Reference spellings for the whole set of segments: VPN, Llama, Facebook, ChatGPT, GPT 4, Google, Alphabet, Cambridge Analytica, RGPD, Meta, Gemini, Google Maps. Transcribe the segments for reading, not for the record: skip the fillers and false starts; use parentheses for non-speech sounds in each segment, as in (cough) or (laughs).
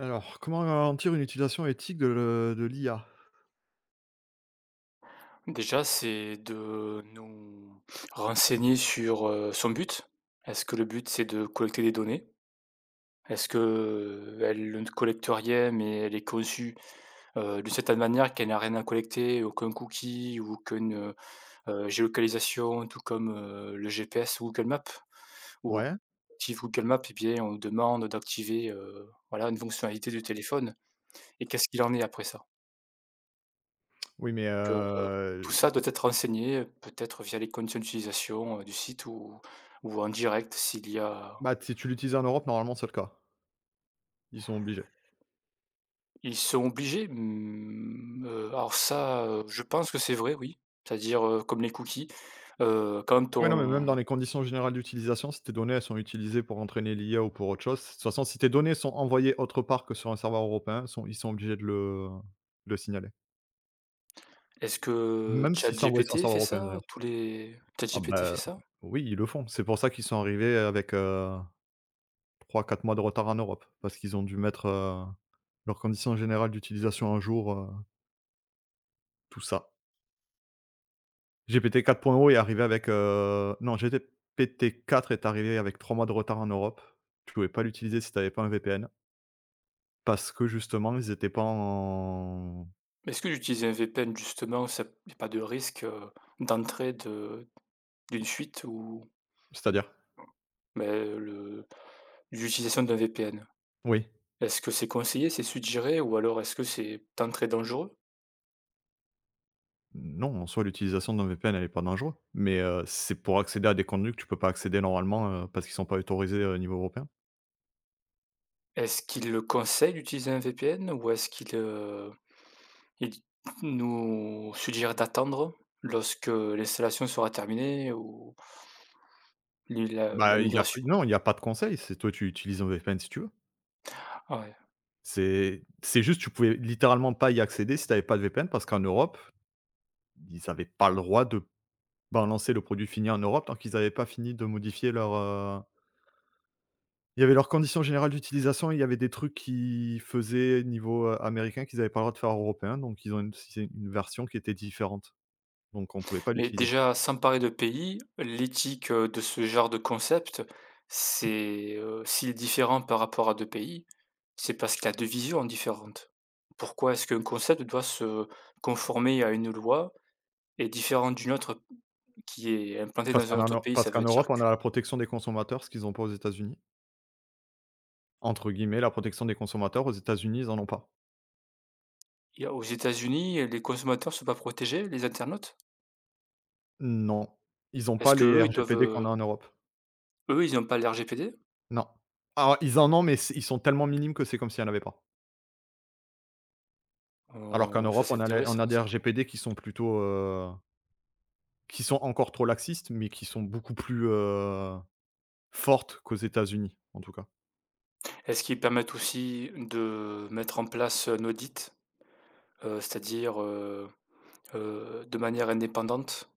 Alors, comment garantir une utilisation éthique de l'IA? Déjà, c'est de nous renseigner sur, son but. Est-ce que le but, c'est de collecter des données? Est-ce qu'elle ne collecte rien, mais elle est conçue, d'une certaine manière qu'elle n'a rien à collecter, aucun cookie, ou aucune, géolocalisation, tout comme, le GPS ou Google Maps? Ou Ouais, active Google Maps et bien on demande d'activer, voilà, une fonctionnalité du téléphone et qu'est-ce qu'il en est après ça? oui, mais heu, Tout ça doit être enseigné, peut-être via les conditions d'utilisation, du site ou en direct s'il y a. bah, si tu l'utilises en Europe, normalement, c'est le cas. Ils sont obligés. Ils sont obligés, mmh, alors ça, je pense que c'est vrai, oui. C'est-à-dire, comme les cookies, quand Ouais, non, mais même on dans les conditions générales d'utilisation, si tes données, elles sont utilisées pour entraîner l'IA ou pour autre chose, de toute façon, si tes données sont envoyées autre part que sur un serveur européen, sont ils sont obligés de le signaler. est-ce que Même si c'est envoyé sur un ChatGPT serveur fait européen, ça? d'ailleurs. Tous les Ah ChatGPT fait bah, ça? oui, ils le font. C'est pour ça qu'ils sont arrivés avec, 3-4 mois de retard en Europe, parce qu'ils ont dû mettre, leurs conditions générales d'utilisation un jour, tout ça. GPT 4.0 est arrivé avec, non, GPT 4 est arrivé avec 3 mois de retard en Europe. Tu pouvais pas l'utiliser si tu avais pas un VPN parce que justement ils étaient pas en. Mais est-ce que d'utiliser un VPN justement, ça il a pas de risque, d'entrée de d'une fuite ou C'est-à-dire? mais le l'utilisation d'un VPN? Oui. Est-ce que c'est conseillé, c'est suggéré ou alors est-ce que c'est d'entrée dangereux? Non, en soi l'utilisation d'un VPN elle est pas dangereux, mais, c'est pour accéder à des contenus que tu peux pas accéder normalement, parce qu'ils sont pas autorisés, au niveau européen. Est-ce qu'il le conseille d'utiliser un VPN ou est-ce qu'il, il nous suggère d'attendre lorsque l'installation sera terminée ou li la la Bah, il y a migration? non, il y a pas de conseil, c'est toi tu utilises un VPN si tu veux. Ah, ouais. C'est juste tu pouvais littéralement pas y accéder si tu avais pas de VPN parce qu'en Europe, ils avaient pas le droit de. Ben, lancer le produit fini en Europe tant qu'ils avaient pas fini de modifier leur, il y avait leurs conditions générales d'utilisation, il y avait des trucs qui faisaient niveau, américain qu'ils avaient pas le droit de faire européen, donc ils ont une si, c'est une version qui était différente, donc on ne pouvait pas Mais l'utiliser. déjà, s'emparer de pays, l'éthique, de ce genre de concept, c'est, s'il est différent par rapport à 2 pays, c'est parce qu'il a 2 visions différentes. Pourquoi est-ce qu'un concept doit se conformer à une loi et différent d'une autre qui est implantée Parce dans qu'en un autre Eur pays? parce Ça qu'en veut dire Europe, on a qu'aux la protection des consommateurs, ce qu'ils n'ont pas aux États-Unis. Entre guillemets, «la protection des consommateurs», aux États-Unis, ils en ont pas. États-Unis, les consommateurs ne sont pas protégés, les internautes? Non, ils n'ont pas Est-ce les qu'eux, ils doivent, RGPD qu'on a en Europe. eux, ils n'ont pas le RGPD? Non. Alors ils en ont, mais c ils sont tellement minimes que c'est comme s'il n'y en avait pas. Alors qu'en Oh, ça, Europe, c'est on a intéressant des ça. RGPD qui sont plutôt, qui sont encore trop laxistes, mais qui sont beaucoup plus, fortes qu'aux États-Unis, en tout cas. Est-ce qu'ils permettent aussi de mettre en place un audit? C'est-à-dire, de manière indépendante?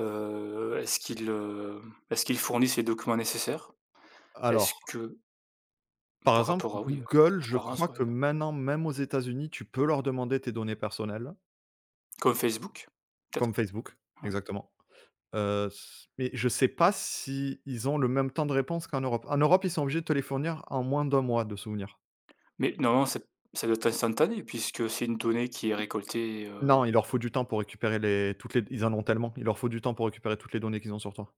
Heu, est-ce qu'ils, heu, est-ce qu'ils fournissent les documents nécessaires? Est-ce Alors, que par par exemple, rapport à oui, la Google, je transparence, crois que ouais. maintenant, même aux États-Unis, tu peux leur demander tes données personnelles, Comme Facebook? Peut-être? comme Facebook, Ouais. exactement. S mais je sais pas si ils ont le même temps de réponse qu'en Europe. En Europe, ils sont obligés de te les fournir en moins d'un mois, de souvenirs. Mais normalement c'est ça doit être instantané puisque c'est une donnée qui est récoltée, Non, il leur faut du temps pour récupérer les toutes les ils en ont tellement, il leur faut du temps pour récupérer toutes les données qu'ils ont sur toi.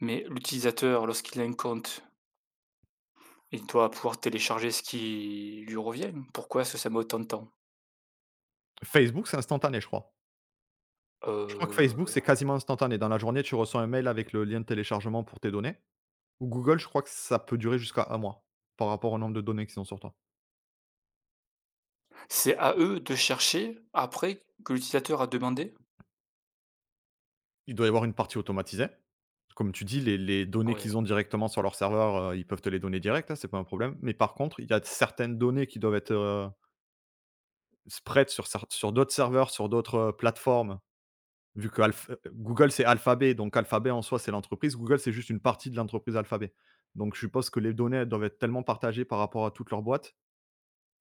mais l'utilisateur lorsqu'il a un compte, il doit pouvoir télécharger ce qui lui revient. Pourquoi est-ce que ça met autant de temps? Facebook, c'est instantané, je crois. Je crois que Facebook, Heu, c'est quasiment instantané. Dans la journée, tu reçois un mail avec le lien de téléchargement pour tes données. Ou Google, je crois que ça peut durer jusqu'à un mois par rapport au nombre de données qu'ils ont sur toi. c'est à eux de chercher après que l'utilisateur a demandé? Il doit y avoir une partie automatisée. Comme tu dis, les données Ouais. qu'ils ont directement sur leur serveur, ils peuvent te les donner direct, hein, c'est pas un problème. Mais par contre, il y a certaines données qui doivent être spread sur, sur d'autres serveurs, sur d'autres plateformes. Vu que Google, c'est Alphabet, donc Alphabet en soi, c'est l'entreprise. Google, c'est juste une partie de l'entreprise Alphabet. Donc je suppose que les données, elles doivent être tellement partagées par rapport à toute leur boîte,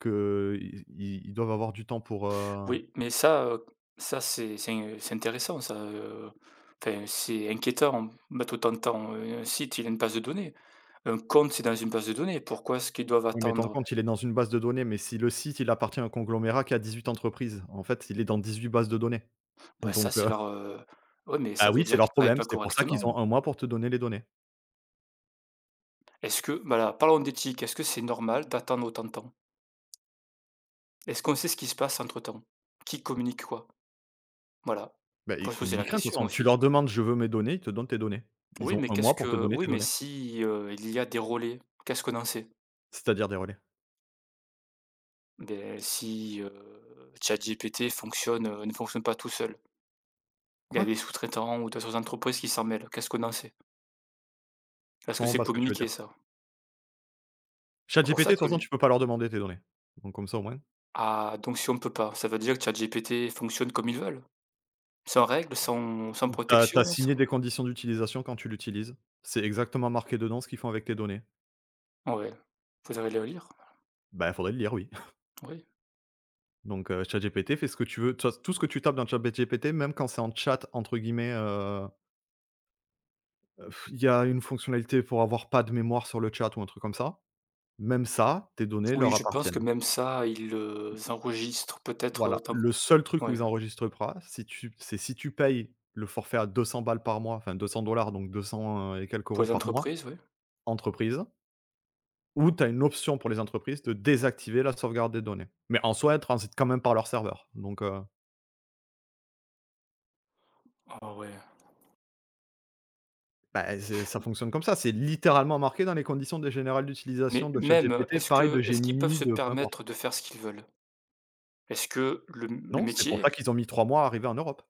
Qu'ils ils ils doivent avoir du temps pour, heu Oui, mais ça, ça c'est intéressant ça, enfin c'est inquiétant. Mettre autant de temps, un site il a une base de données. Un compte c'est dans une base de données. Pourquoi est-ce qu'ils doivent oui, mais ton attendre? compte, il est dans une base de données, mais si le site, il appartient à un conglomérat qui a 18 entreprises, en fait, il est dans 18 bases de données. Bah, ça Donc c'est heu, leur, (laughs) ouais, mais ça bah, veut oui, c'est dire leur qu'ils ne travaillent problème, pas c'est pour ça qu'ils correctement. ont un mois pour te donner les données. Est-ce que voilà, parlons d'éthique. Est-ce que c'est normal d'attendre autant de temps? Est-ce qu'on sait ce qui se passe entre-temps? Qui communique quoi? Voilà. Bah, On ils peut se poser la communiquent rien de toute question façon, tu aussi. leur demandes: «Je veux mes données», ils te donnent tes données. Ils Oui, ont mais un qu'est-ce mois pour te que donner tes oui, mais données, si, il y a des relais, qu'est-ce qu'on en sait? c'est-à-dire des relais. Beh, si, ChatGPT fonctionne, ne fonctionne pas tout seul. Il y a Quoi? des sous-traitants ou d'autres entreprises qui s'en mêlent. Qu'est-ce qu'on en sait? Je Est-ce que comprends c'est pas ce que tu veux communiqué dire. ça? C'est pour ChatGPT, de ça toute que façon, les tu peux pas leur demander tes données, donc comme ça, au moins, ah donc si on ne peut pas, ça veut dire que ChatGPT fonctionne comme ils veulent? Sans règles, sans T'as as protection, sans signé des conditions d'utilisation quand tu l'utilises. C'est exactement marqué dedans ce qu'ils font avec tes données. ouais. Faudrait le lire, Bah, il faudrait le lire, oui. oui. Donc, ChatGPT fait ce que tu veux. De toute tout ce que tu tapes dans ChatGPT, même quand c'est en chat entre guillemets, il y a une fonctionnalité pour avoir pas de mémoire sur le chat ou un truc comme ça. Même ça, tes données Oui, leur je pense que appartiennent. même ça, ils le enregistrent peut-être, Voilà. Temp Le seul truc où ouais, ils enregistrent pas, si tu c'est si tu payes le forfait à 200 balles par mois, enfin 200$, donc 200, et quelques pour euros les par mois, entreprises, oui. entreprise, ou tu as une option pour les entreprises de désactiver la sauvegarde des données. Mais en soi, elles transitent quand même par leur serveur, donc. Ah, ouais. Bah, c'est ça fonctionne comme ça, c'est littéralement marqué dans les conditions de générales d'utilisation Mais de même, ChatGPT, pareil de est-ce qu'ils peuvent Gemini, se de peu importe. permettre de faire ce qu'ils veulent? Est-ce que le Non, c'est pour métier. ça qu'ils ont mis 3 mois à arriver en Europe.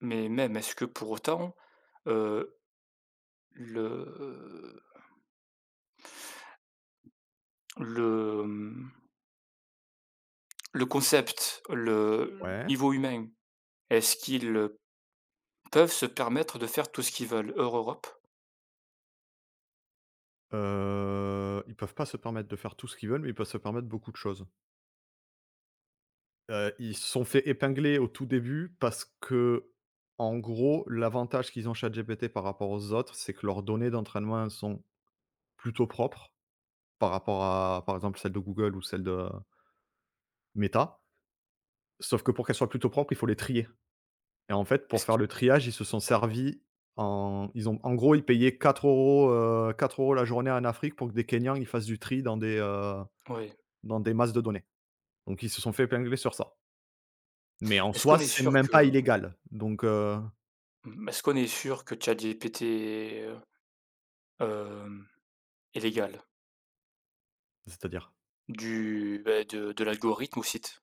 Mais même, est-ce que pour autant, heu, le le, mmh, le concept, le Ouais, niveau humain, est-ce qu'ils, peuvent se permettre de faire tout ce qu'ils veulent, hors Europe? Ils peuvent pas se permettre de faire tout ce qu'ils veulent, mais ils peuvent se permettre beaucoup de choses. Ils se sont fait épingler au tout début parce que en gros, l'avantage qu'ils ont ChatGPT par rapport aux autres, c'est que leurs données d'entraînement, sont plutôt propres par rapport à, par exemple, celles de Google ou celles de Meta. Sauf que pour qu'elles soient plutôt propres, il faut les trier. Et en fait, pour Est-ce que faire le triage, ils se sont servis . En gros, ils payaient 4 euros, 4 € la journée en Afrique pour que des Kenyans, ils fassent du tri dans desoui. Masses de données. Donc ils se sont fait épingler sur ça. Mais en Est-ce soi, qu'on est c'est sûr même pas que illégal. Donc. mmh, est-ce qu'on est sûr que ChatGPT est légal? C'est-à-dire? Du, beh, de l'algorithme au site.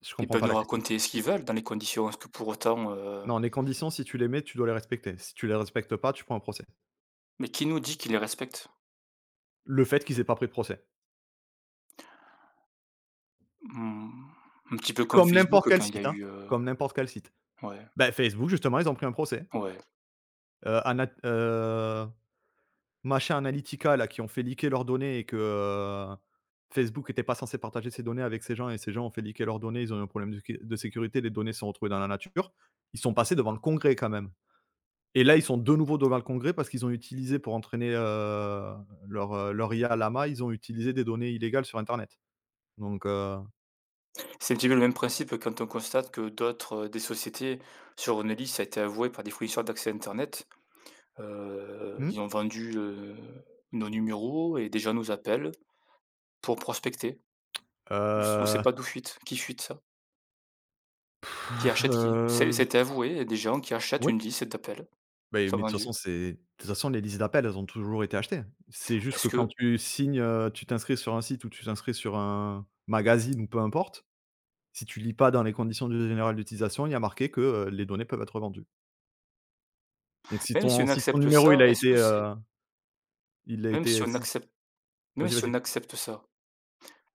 Je Ils comprends peuvent pas nous la question. raconter ce qu'ils veulent dans les conditions, est-ce que pour autant, Non, les conditions, si tu les mets, tu dois les respecter. Si tu les respectes pas, tu prends un procès. mais qui nous dit qu'ils les respectent? Le fait qu'ils aient pas pris de procès. Mmh, un petit peu comme Comme n'importe Facebook quel quand il y a site, hein, eu, comme n'importe quel site. ouais. Ben Facebook, justement, ils ont pris un procès. Ouais, Anat Machin Analytica là qui ont fait leaker leurs données et que, Facebook était pas censé partager ces données avec ces gens et ces gens ont fait leaker leurs données, ils ont eu un problème de sécurité, les données sont retrouvées dans la nature. Ils sont passés devant le Congrès quand même et là, ils sont de nouveau devant le Congrès parce qu'ils ont utilisé pour entraîner, leur IA lama ils ont utilisé des données illégales sur internet donc. c'est un petit peu le même principe quand on constate que d'autres, des sociétés sur Onely, ça a été avoué par des fournisseurs d'accès internet, Mmh? ils ont vendu, nos numéros et des gens nous appellent pour prospecter. On s sait Heu, pas d'où fuite, qui fuite ça, qui achète qui. C'est heu, ça (laughs) avoué, il y a des gens qui achètent oui. une liste d'appels, Beh, qui sont mais de toute vendus. façon, les listes d'appels, elles ont toujours été achetées. C'est juste Est-ce que quand que tu t'inscris sur un site ou tu t'inscris sur un magazine ou peu importe, si tu lis pas dans les conditions d'usage générale d'utilisation, il y a marqué que, les données peuvent être vendues. Donc si Même si ton on si ton accepte numéro, ça, est-ce que c'est il a même été si on si accepte vas-y, vas-y. Ça,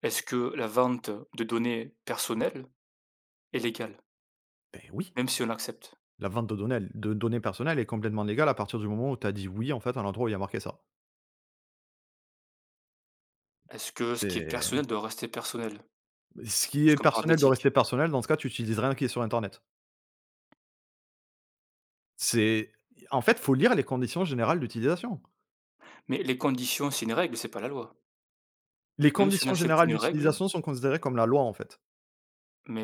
est-ce que la vente de données personnelles est légale? Ben oui, Même si on l'accepte? la vente de données personnelles est complètement légale à partir du moment où tu as dit «oui», en fait, à l'endroit où il y a marqué ça. Est-ce que ce qui est C'est personnel doit rester personnel? ce qui est Puisqu'on parle personnel doit rester d'éthique. personnel. Dans ce cas, tu utilises rien qui est sur internet. C'est en fait, faut lire les conditions générales d'utilisation. Mais les conditions, c'est une règle, c'est pas la loi. Les Même si on conditions accepte générales une règle, d'utilisation sont considérées comme la loi, en fait.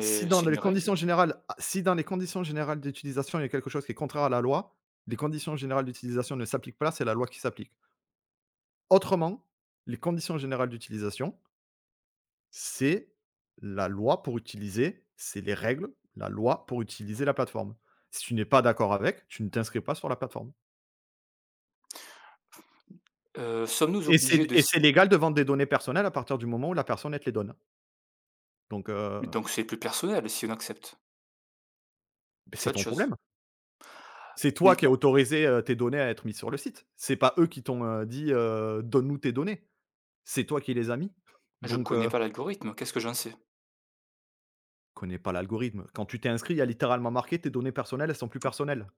Si dans c'est les une conditions règle. générales ah, si dans les conditions générales d'utilisation, il y a quelque chose qui est contraire à la loi, les conditions générales d'utilisation ne s'appliquent pas, c'est la loi qui s'applique. Autrement, les conditions générales d'utilisation, c'est la loi pour utiliser, c'est les règles, la loi pour utiliser la plateforme. Si tu n'es pas d'accord avec, tu ne t'inscris pas sur la plateforme Sommes-nous et c'est obligés de et s c'est légal de vendre des données personnelles à partir du moment où la personne, elle te les donne. Donc. donc c'est plus personnel si on accepte, Beh, c'est c'est autre ton chose. problème. C'est toi Mais qui as non, autorisé, tes données à être mises sur le site. C'est pas eux qui t'ont, dit, «Donne-nous tes données». C'est toi qui les as mis. je Donc, connais heu, pas l'algorithme, qu'est-ce que j'en sais? connais pas l'algorithme. Quand tu t'es inscrit, il y a littéralement marqué: «Tes données personnelles, elles sont plus personnelles».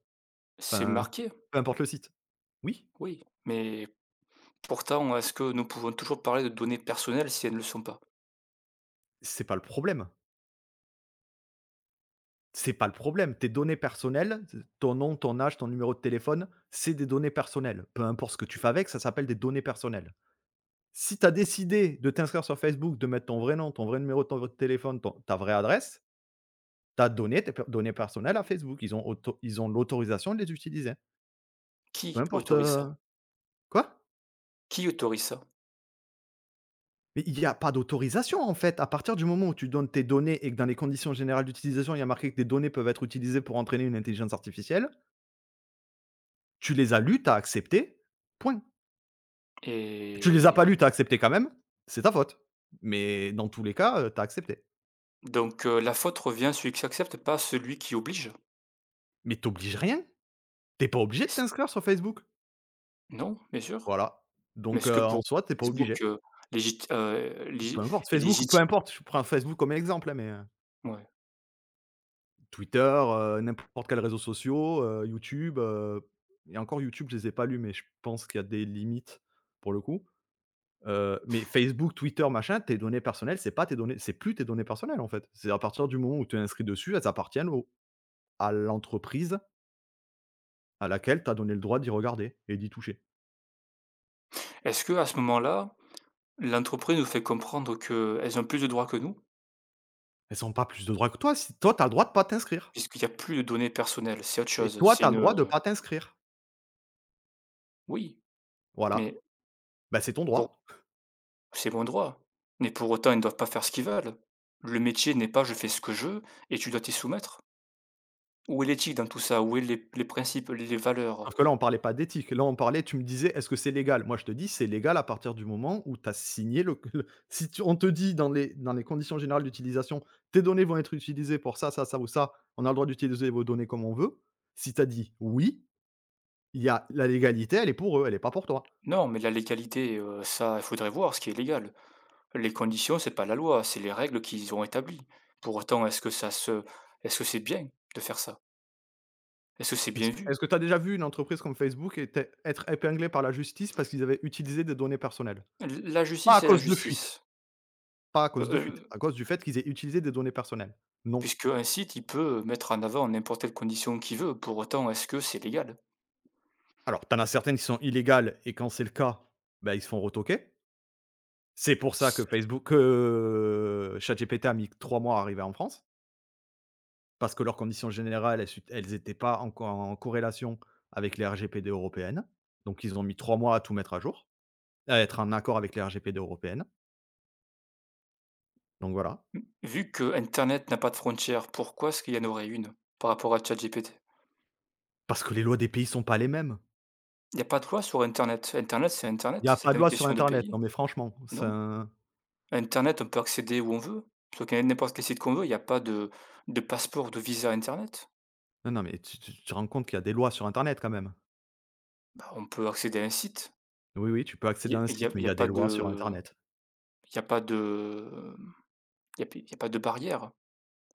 C'est Enfin, marqué, peu importe le site. Oui, oui, mais pourtant, est-ce que nous pouvons toujours parler de données personnelles si elles ne le sont pas? c'est pas le problème. C'est pas le problème. Tes données personnelles, ton nom, ton âge, ton numéro de téléphone, c'est des données personnelles. Peu importe ce que tu fais avec, ça s'appelle des données personnelles. Si tu as décidé de t'inscrire sur Facebook, de mettre ton vrai nom, ton vrai numéro de téléphone, ton ta vraie adresse, tu as donné tes per données personnelles à Facebook. Ils ont l'autorisation de les utiliser. Peu Qui importe, autorise ça? Quoi? Qui autorise ça? Mais il y a pas d'autorisation, en fait. À partir du moment où tu donnes tes données et que dans les conditions générales d'utilisation, il y a marqué que tes données peuvent être utilisées pour entraîner une intelligence artificielle, tu les as lues, tu as accepté, point. Tu les as pas lues, Et tu as accepté quand même, c'est ta faute. Mais dans tous les cas, tu as accepté. donc la faute revient à celui qui accepte, pas à celui qui oblige. Mais t'obliges rien. T'es pas obligé de t'inscrire sur Facebook. Non, bien sûr. Voilà. Mais Donc est-ce que en pour soi, t'es pas obligé. Facebook, légit Peu légi importe, est Facebook ou peu légitime? importe, je prends Facebook comme exemple, hein, mais Ouais. Twitter, n'importe quel réseau social, YouTube, et encore YouTube, je les ai pas lus, mais je pense qu'il y a des limites pour le coup. Mais Facebook, Twitter, machin, tes données personnelles, c'est pas tes données c'est plus tes données personnelles, en fait. C'est à partir du moment où tu es inscrit dessus, elles appartiennent au à l'entreprise à laquelle tu as donné le droit d'y regarder et d'y toucher. Est-ce que à ce moment-là, l'entreprise nous fait comprendre qu'elles ont plus de droits que nous? Elles ont pas plus de droits que toi, si toi, tu as le droit de pas t'inscrire. Puisqu'il n'y a plus de données personnelles, c'est autre Mais chose, toi, tu c'est as le une, droit de pas t'inscrire. oui, Voilà. mais Bah, c'est ton pour droit. c'est mon droit, mais pour autant, ils ne doivent pas faire ce qu'ils veulent. Le métier n'est pas: «Je fais ce que je veux et tu dois t'y soumettre». Où est l'éthique dans tout ça? Où est les principes, les valeurs? Sauf que là, on parlait pas d'éthique. Là, on parlait, tu me disais: «Est-ce que c'est légal?» Moi je te dis: «C'est légal à partir du moment où tu as signé le (laughs) le.» Si tu on te dit dans les conditions générales d'utilisation: «Tes données vont être utilisées pour ça, ça, ça ou ça, on a le droit d'utiliser vos données comme on veut». Si tu as dit: «Oui», il y a la légalité, elle est pour eux, elle est pas pour toi. Non, mais la légalité, ça, il faudrait voir ce qui est légal. Les conditions, c'est pas la loi, c'est les règles qu'ils ont établies. Pour autant, est-ce que ça se est-ce que c'est bien de faire ça? Est-ce que c'est Est-ce bien que vu? est-ce que tu as déjà vu une entreprise comme Facebook était être épinglée par la justice parce qu'ils avaient utilisé des données personnelles? L La Pas à justice est la cause de fuite. justice, Pas à heu, cause de heu, fuite. À cause du fait qu'ils aient utilisé des données personnelles. Non. puisqu'un site, il peut mettre en avant n'importe quelle condition qu'il veut. Pour autant, est-ce que c'est légal? Alors, t'en as certaines qui sont illégales et quand c'est le cas, bah, ils se font retoquer. C'est pour ça que S Facebook que ChatGPT a mis 3 mois à arriver en France, parce que leurs conditions générales, elles étaient pas en corrélation avec les RGPD européennes. Donc ils ont mis 3 mois à tout mettre à jour, à être en accord avec les RGPD européennes. Donc voilà, Vu que Internet n'a pas de frontières, pourquoi est-ce qu'il y en aurait une par rapport à ChatGPT? parce que les lois des pays sont pas les mêmes. Il n'y a pas de loi sur internet. Il y Internet, a c'est pas de pas une loi sur question de internet. pays, Non, mais franchement, non? ça Internet, on peut accéder où on veut, on n'importe quel site qu'on veut, il n'y a pas de passeport, de visa internet. non, non, mais tu te rends compte qu'il y a des lois sur internet quand même? On peut accéder à un site. Oui, oui, tu peux accéder à Il un y a site, mais il y y a a des pas lois sur de internet. il y a pas de il y a p y a pas de barrière.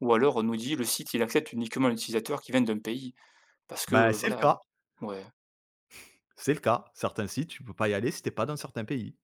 Ou alors on nous dit: «Le site, il accepte uniquement l'utilisateur qui vient d'un pays» parce que Bah, c'est le cas. voilà, ouais. C'est le cas. Certains sites, tu peux pas y aller si t'es pas dans certains pays.